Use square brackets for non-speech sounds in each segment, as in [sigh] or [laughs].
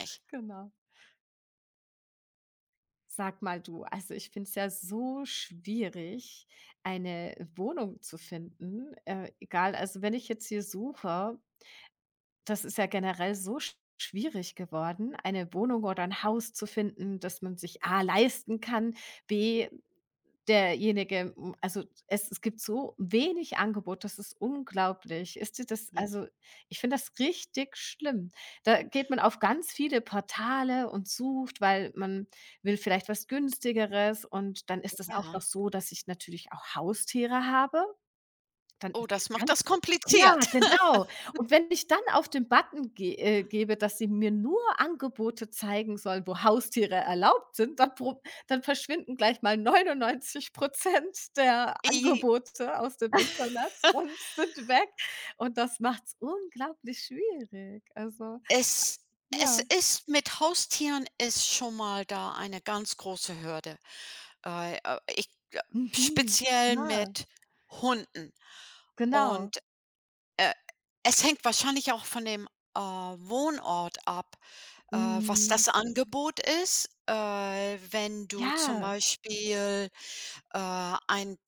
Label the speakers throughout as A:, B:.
A: Nicht.
B: Genau. Sag mal du, also ich finde es ja so schwierig, eine Wohnung zu finden. Egal, also wenn ich jetzt hier suche, das ist ja generell so schwierig geworden, eine Wohnung oder ein Haus zu finden, dass man sich A leisten kann, B Derjenige, also es gibt so wenig Angebot, das ist unglaublich. Ist dir das,
A: Je
B: also, ich finde das richtig schlimm. Da geht man auf ganz viele Portale und sucht, weil man will vielleicht was Günstigeres, und dann ist es auch noch
A: Ja.
B: so, dass ich natürlich auch Haustiere habe. Dann
A: Oh,
B: ist es
A: das macht
B: ganz,
A: das
B: ja,
A: kompliziert.
B: genau. Und wenn ich dann auf den Button ge gebe, dass sie mir nur Angebote zeigen sollen, wo Haustiere erlaubt sind, dann verschwinden gleich mal 99% der
A: [laughs] I
B: Angebote aus dem Internet und sind weg. Und das macht's unglaublich schwierig. Also,
A: Es es
B: ja.
A: ist mit Haustieren ist schon mal da eine ganz große Hürde. Äh, äh, ich, äh
B: Mhm.
A: Speziell
B: Ja,
A: mit Hunden
B: genau.
A: und Äh, es hängt wahrscheinlich auch von dem, Wohnort ab, was
B: Mhm.
A: das Angebot ist. Wenn du zum
B: Ja.
A: Beispiel, ein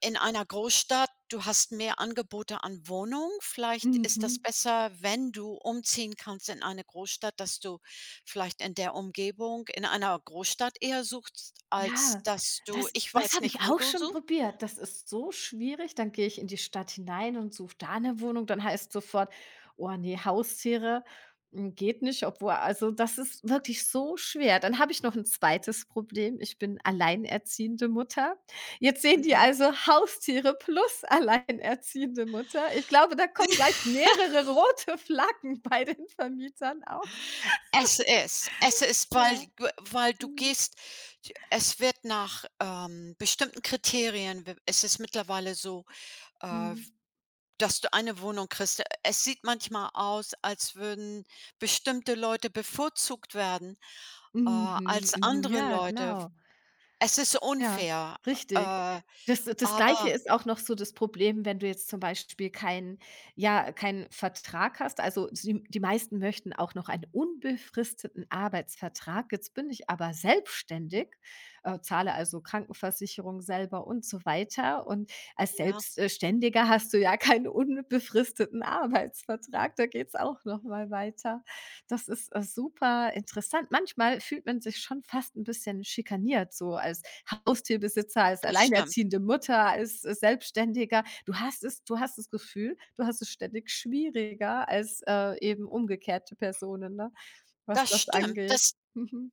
A: in einer Großstadt, du hast mehr Angebote an Wohnungen. Vielleicht ist das
B: Mhm.
A: besser, wenn du umziehen kannst in eine Großstadt, dass du vielleicht in der Umgebung in einer Großstadt eher suchst, als
B: Ja,
A: dass du
B: das
A: ich
B: das
A: weiß
B: habe
A: nicht,
B: ich
A: wo
B: auch
A: du
B: schon
A: suchst.
B: probiert. Das ist so schwierig. Dann gehe ich in die Stadt hinein und suche da eine Wohnung. Dann heißt sofort: „Oh ne, Haustiere, geht nicht", obwohl, also, das ist wirklich so schwer. Dann habe ich noch ein zweites Problem. Ich bin alleinerziehende Mutter. Jetzt sehen die
A: Mhm.
B: also Haustiere plus alleinerziehende Mutter. Ich glaube, da kommen gleich mehrere rote Flaggen [laughs] bei den Vermietern auf.
A: Esse es,
B: Ja.
A: weil du
B: Mhm.
A: gehst es wird nach, bestimmten Kriterien w es ist mittlerweile so, äh,
B: Mhm.
A: dass du eine Wohnung kriegst. Es sieht manchmal aus, als würden bestimmte Leute bevorzugt werden, äh,
B: Mhm.
A: als
B: Mhm.
A: andere
B: Ja,
A: Leute.
B: genau.
A: Es ist
B: Ja,
A: unfair,
B: richtig.
A: äh,
B: Das Gleiche
A: aber
B: ist auch noch so das Problem, wenn du jetzt zum Beispiel keinen, ja, keinen Vertrag hast. Also, die meisten möchten auch noch einen unbefristeten Arbeitsvertrag. Jetzt bin ich aber
A: mhm,
B: selbstständig, zahle also Krankenversicherung selber und so weiter. Und als
A: ja,
B: Selbstständiger hast du ja keinen unbefristeten Arbeitsvertrag. Da geht's auch noch mal weiter. Das ist super interessant. Manchmal fühlt man sich schon fast ein bisschen schikaniert, so als Haustierbesitzer, als
A: das stimmt.
B: alleinerziehende Mutter, als Selbstständiger. Du hast das Gefühl, du hast es ständig schwieriger als eben umgekehrte Personen, ne, was
A: Das
B: das
A: stimmt.
B: angeht.
A: Das
B: Mhm.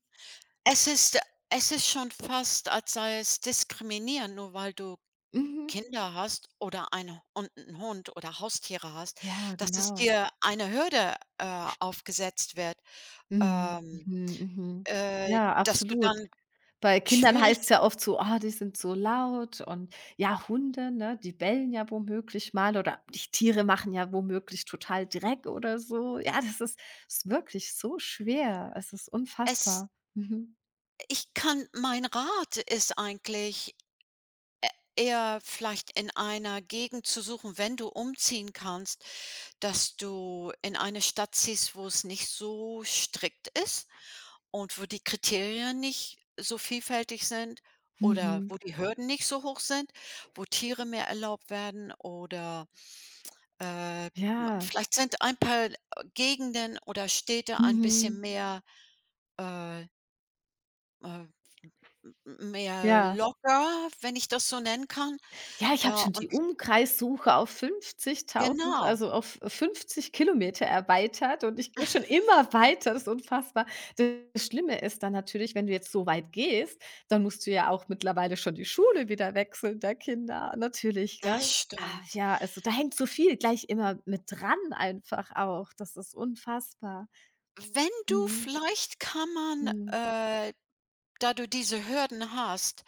A: Es ist schon fast, als sei es diskriminieren, nur weil du
B: Mhm.
A: Kinder hast oder eine und 'n Hund oder Haustiere hast,
B: Ja,
A: dass es
B: genau.
A: dir eine Hürde, aufgesetzt wird,
B: Mhm,
A: ähm,
B: mhm, mhm. Ja,
A: dass du
B: absolut.
A: dann
B: Bei Kindern
A: schwierig
B: heißt es ja oft so: „Ah, die sind so laut", und ja, Hunde, ne, die bellen ja womöglich mal, oder die Tiere machen ja womöglich total Dreck oder so. Ja, das ist wirklich so schwer. Es ist
A: es
B: unfassbar. Mhm.
A: ich kann mein Rat ist eigentlich Äh, eher vielleicht in einer Gegend zu suchen, wenn du umziehen kannst, dass du in eine Stadt ziehst, wo es nicht so strikt ist und wo die Kriterien nicht so vielfältig sind oder
B: Mhm.
A: wo die Hürden nicht so hoch sind, wo Tiere mehr erlaubt werden oder, m
B: Ja.
A: vielleicht sind ein paar Gegenden oder Städte ein bisschen
B: Mhm.
A: mehr, äh, äh, m mehr
B: Ja.
A: locker, wenn ich das so nennen kann,
B: Ja, ich
A: äh,
B: habe schon
A: und
B: die Umkreissuche auf 50.000,
A: genau,
B: also auf 50 km erweitert, und ich gehe schon immer weiter, das ist unfassbar. Das Schlimme ist dann natürlich, wenn du jetzt so weit gehst, dann musst du ja auch mittlerweile schon die Schule wieder wechseln der Kinder, natürlich,
A: das
B: gell? Ah,
A: stimmt.
B: ja, also da hängt so viel gleich immer mit dran, einfach auch. Das ist unfassbar.
A: Wenn du
B: Mhm.
A: vielleicht
B: Mhm.
A: da du diese Hürden hast,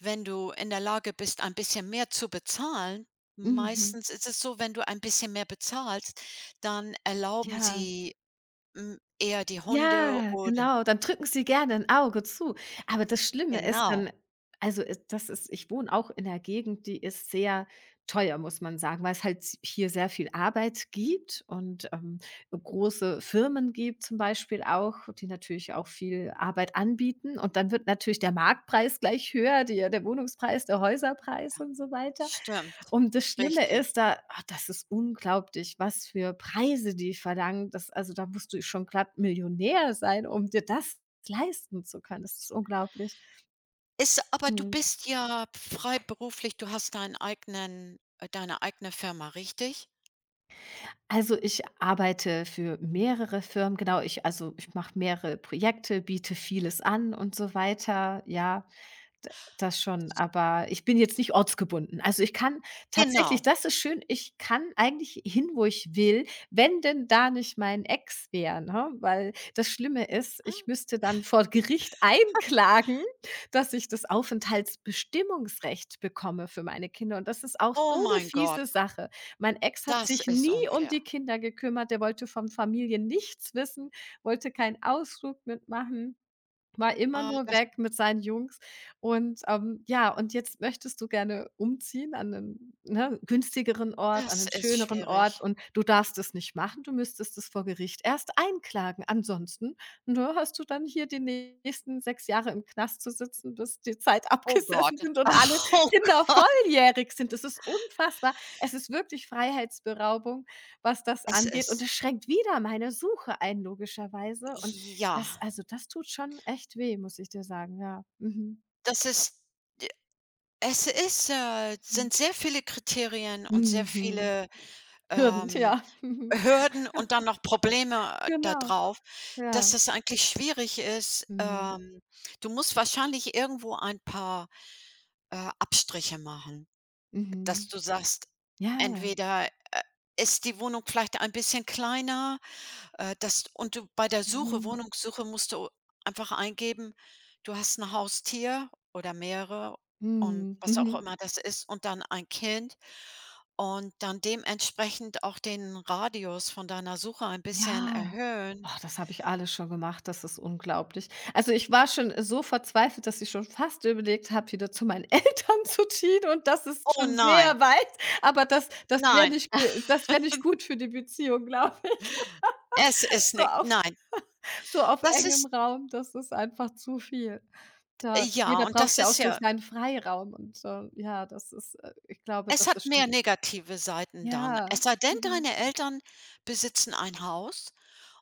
A: wenn du in der Lage bist, ein bisschen mehr zu bezahlen,
B: Mhm.
A: meistens ist es so, wenn du ein bisschen mehr bezahlst, dann erlauben
B: Ja.
A: sie, eher die Hunde
B: Ja,
A: oder
B: genau, dann drücken sie gerne 'n Auge zu. Aber das Schlimme ist
A: genau,
B: dann, also, das ist, ich wohne auch in 'ner Gegend, die ist sehr teuer, muss man sagen, weil's halt hier sehr viel Arbeit gibt und, große Firmen gibt zum Beispiel auch, die natürlich auch viel Arbeit anbieten. Und dann wird natürlich der Marktpreis gleich höher, die der Wohnungspreis, der Häuserpreis und so weiter.
A: stimmt,
B: Und das Schlimme
A: richtig.
B: ist da, das ist unglaublich, was für Preise die verlangen. Das, also, da musst du schon glatt Millionär sein, um dir das leisten zu können. Das ist unglaublich.
A: Ist Aber du
B: Mhm.
A: bist ja freiberuflich, du hast deinen eigenen deine eigene Firma, richtig?
B: Also, ich arbeite für mehrere Firmen, genau. Ich also, ich mache mehrere Projekte, biete vieles an und so weiter. Ja, d das schon, aber ich bin jetzt nicht ortsgebunden. Also, ich kann tatsächlich,
A: Genau.
B: das ist schön, ich kann eigentlich hin, wo ich will, wenn denn da nicht mein Ex wäre, ne? Weil das Schlimme ist, ich
A: Ah,
B: müsste dann vor Gericht [laughs] einklagen, dass ich das Aufenthaltsbestimmungsrecht bekomme für meine Kinder, und das ist auch
A: oh
B: so eine
A: mein Gott.
B: fiese Sache. Mein Ex hat
A: Das
B: sich
A: ist
B: nie um
A: unfair.
B: die Kinder gekümmert, der wollte von Familie nichts wissen, wollte keinen Ausflug mitmachen. War immer
A: Ah,
B: nur
A: das
B: weg mit seinen Jungs und, ja, und jetzt möchtest du gerne umziehen an einen, ne, günstigeren Ort, an
A: das
B: einen
A: ist
B: schöneren
A: schwierig.
B: Ort, und du darfst es nicht machen. Du müsstest es vor Gericht erst einklagen. Ansonsten, ne, hast du dann hier die nächsten 6 Jahre im Knast zu sitzen, bis die Zeit [laughs]
A: Oh
B: abgesessen
A: Gott.
B: sind und
A: [laughs]
B: alle
A: Oh,
B: Kinder volljährig sind. Das ist unfassbar. Es ist wirklich Freiheitsberaubung, was das
A: es
B: angeht, und
A: ist
B: es schränkt wieder meine Suche ein, logischerweise, und
A: ja,
B: das, also, das tut schon echt weh, muss ich dir sagen, ja. Mhm.
A: das ist es ist,
B: Mhm.
A: sind sehr viele Kriterien und sehr
B: Mhm.
A: viele,
B: Hürden,
A: ähm,
B: ja. Mhm.
A: Hürden und dann noch Probleme da
B: Genau,
A: drauf, dass
B: ja.
A: es eigentlich schwierig ist.
B: Mhm.
A: Du musst wahrscheinlich irgendwo ein paar, Abstriche machen. Dass
B: Mhm.
A: du sagst,
B: Ja.
A: entweder, ist die Wohnung vielleicht ein bisschen kleiner, dass und du bei der Suche
B: Mhm.
A: Wohnungssuche musst du einfach eingeben, du hast ein Haustier oder mehrere und
B: Mhm.
A: was auch
B: Mhm.
A: immer das ist und dann ein Kind, und dann dementsprechend auch den Radius von deiner Suche ein bisschen
B: Ja.
A: erhöhen.
B: Oh, das habe ich alles schon gemacht, das ist unglaublich. Also, ich war schon so verzweifelt, dass ich schon fast überlegt habe, wieder zu meinen [laughs] Eltern zu ziehen, und das ist
A: Oh
B: schon
A: nein,
B: sehr weit, aber das das wäre
A: nein,
B: nicht, äh das wäre nicht gut für die Beziehung, glaube ich.
A: es
B: [laughs]
A: ist ni
B: So,
A: nein.
B: Auf
A: Das
B: engem
A: ist
B: Raum, das ist einfach zu viel. Da, jeder braucht
A: Das
B: ja auch
A: ist
B: so
A: ja,
B: seinen Freiraum, und, ja, das ist, ich glaube,
A: es
B: das
A: hat
B: ist schon,
A: mehr negative Seiten dann.
B: ja,
A: Es sei denn,
B: mhm,
A: deine Eltern besitzen ein Haus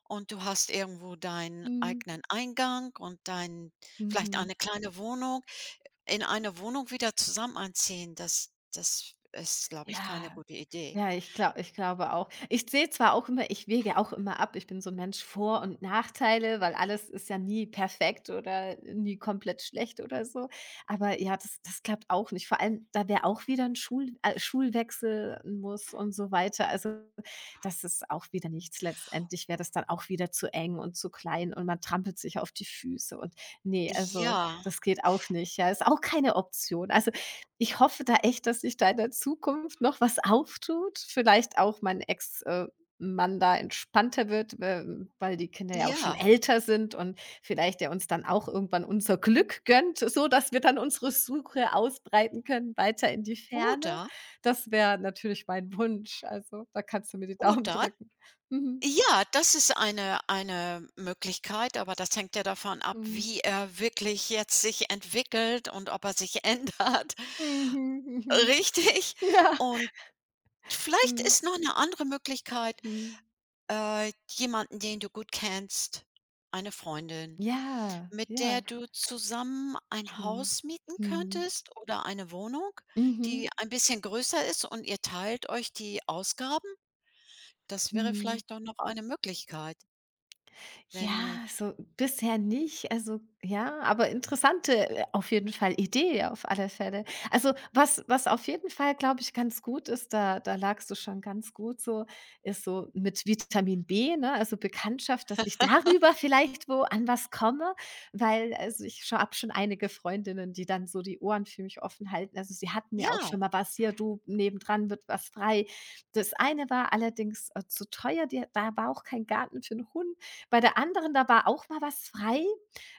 A: und du hast irgendwo deinen
B: mhm,
A: eigenen Eingang und dein vielleicht
B: mhm.
A: eine kleine Wohnung. In eine Wohnung wieder zusammen einziehen, das ist, glaube ich, keine
B: Ja.
A: gute Idee.
B: Ja, ich glaube auch. Ich sehe zwar auch immer, ich wege auch immer ab. Ich bin so ein Mensch, Vor- und Nachteile, weil alles ist ja nie perfekt oder nie komplett schlecht oder so. Aber ja, das klappt auch nicht. Vor allem, da wäre auch wieder ein Schulwechsel muss und so weiter. Also, das ist auch wieder nichts. Letztendlich wäre das dann auch wieder zu eng und zu klein und man trampelt sich auf die Füße, und nee, also,
A: Ja,
B: das geht auch nicht, ja. Ist auch keine Option. Also ich hoffe da echt, dass sich da in der Zukunft noch was auftut, vielleicht auch mein Ex Mann da entspannter wird, weil die Kinder ja auch schon
A: ja,
B: älter sind und vielleicht er uns dann auch irgendwann unser Glück gönnt, so dass wir dann unsere Suche ausbreiten können weiter in die Ferne.
A: oder
B: Das wäre natürlich mein Wunsch. Also, da kannst du mir die Daumen
A: oder
B: drücken. Mhm,
A: Ja, das ist eine Möglichkeit, aber das hängt ja davon ab,
B: mhm.
A: wie er wirklich jetzt sich entwickelt und ob er sich [laughs] ändert.
B: Mhm, mhm.
A: Richtig.
B: [laughs] Ja.
A: Und vielleicht
B: Mhm,
A: ist noch 'ne andere Möglichkeit,
B: mhm.
A: äh, jemanden, den du gut kennst, eine Freundin,
B: Ja,
A: mit der
B: ja.
A: du zusammen ein
B: Mhm.
A: Haus mieten
B: Mhm.
A: könntest oder eine Wohnung,
B: Mhm.
A: die ein bisschen größer ist und ihr teilt euch die Ausgaben. Das wäre
B: Mhm.
A: vielleicht doch noch eine Möglichkeit,
B: Ja,
A: wenn
B: so bisher nicht. Also, ja, aber interessante auf jeden Fall Idee, auf alle Fälle. Also, was auf jeden Fall, glaube ich, ganz gut ist, da lagst du schon ganz gut so, ist so mit Vitamin B, ne, also Bekanntschaft, dass ich darüber vielleicht wo an was komme, weil, also, ich scho habe schon einige Freundinnen, die dann so die Ohren für mich offen halten. Also, sie hatten mir auch
A: ja,
B: schon mal was: „Hier, du, nebendran wird was frei." Das eine war allerdings zu teuer, die, da war auch kein Garten für einen Hund, bei der anderen, da war auch mal was frei.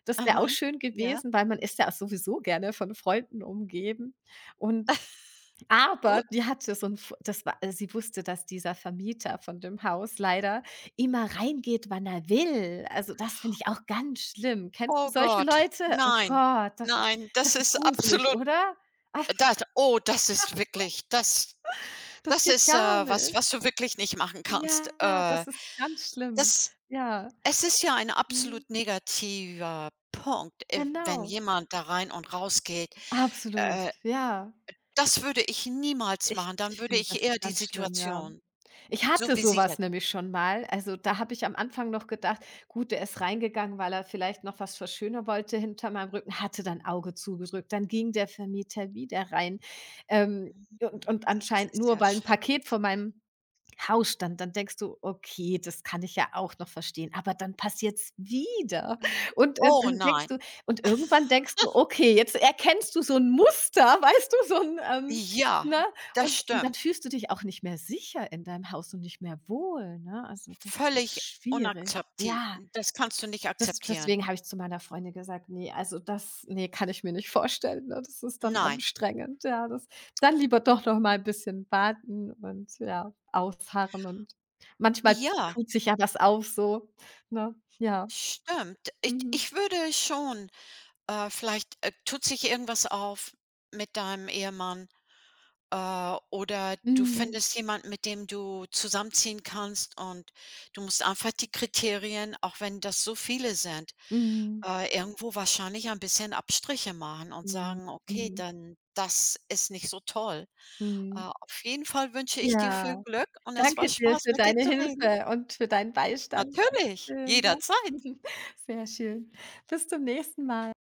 B: Das wäre auch
A: aha,
B: schön
A: ja.
B: gewesen, weil man ist ja sowieso gerne von Freunden umgeben. Und
A: [laughs]
B: aber
A: Gut.
B: die hatte so 'n F das war sie wusste, dass dieser Vermieter von dem Haus leider immer reingeht, wann er will. Also, das finde ich auch ganz schlimm. Kennst du
A: Oh
B: solche
A: Gott,
B: Leute? Oh
A: nein,
B: Gott, das ist
A: nein, das
B: das ist
A: ist
B: gruselig,
A: absolut
B: oder? Ach,
A: das oh, das ist wirklich
B: das
A: das
B: geht
A: ist,
B: gar
A: was was
B: nicht.
A: du wirklich nicht machen kannst.
B: Ja, das ist ganz schlimm.
A: Das
B: Ja.
A: Es ist ja ein
B: Mhm.
A: absolut negativer Punkt, wenn
B: Genau.
A: jemand da rein und rausgeht.
B: Absolut,
A: Äh,
B: ja.
A: Das würde ich niemals
B: Ich
A: machen. Dann
B: ich
A: würde
B: finde
A: ich
B: das
A: eher die
B: ganz schlimm, ja.
A: Situation
B: Ich
A: so
B: hatte
A: wie
B: so
A: sie
B: was
A: jetzt
B: nämlich schon mal. Also, da habe ich am Anfang noch gedacht: „Gut, der ist reingegangen, weil er vielleicht noch was verschönern wollte hinter meinem Rücken", hatte dann Auge zugedrückt. Dann ging der Vermieter wieder rein, ähm, und
A: mhm, das
B: anscheinend
A: ist
B: nur,
A: ja
B: weil 'n Paket
A: schrecklich.
B: von meinem Hausstand, dann denkst du: „Okay, das kann ich ja auch noch verstehen", aber dann passiert's wieder
A: Mhm.
B: und,
A: Oh
B: dann denkst
A: nein.
B: du, und irgendwann denkst du: „Okay, jetzt erkennst du so 'n Muster", [laughs] weißt du, so 'n, ne?
A: Ja, das
B: Und dann
A: stimmt.
B: fühlst du dich auch nicht mehr sicher in deinem Haus und nicht mehr wohl, ne? Also, das ist
A: Völlig
B: schwierig.
A: unakzepti
B: Ja.
A: das kannst du nicht
B: Das
A: akzeptieren.
B: deswegen habe ich zu meiner Freundin gesagt: „Ne, also das, nee, kann ich mir nicht vorstellen, ne? Das ist dann
A: Nein.
B: anstrengend, ja, das dann lieber doch noch mal ein bisschen warten und ja, ausharren, und manchmal
A: Ja,
B: tut sich ja was auf so, ne? Ja.
A: stimmt. Ich
B: Mhm.
A: ich würde schon vielleicht, tut sich irgendwas auf mit deinem Ehemann, oder du
B: Mhm.
A: findest jemanden, mit dem du zusammenziehen kannst, und du musst einfach die Kriterien, auch wenn das so viele sind,
B: Mhm.
A: irgendwo wahrscheinlich ein bisschen Abstriche machen und
B: Mhm.
A: sagen: „Okay,
B: Mhm.
A: dann das ist nicht so toll.“
B: Mhm.
A: Auf jeden Fall wünsche ich dir viel
B: Ja,
A: Glück und es war
B: danke dir
A: Spaß,
B: für
A: mit dir
B: deine
A: zu reden.
B: Hilfe und für deinen Beistand.
A: Natürlich,
B: Dankeschön, ne?
A: jederzeit.
B: [laughs] Sehr schön. Bis zum nächsten Mal.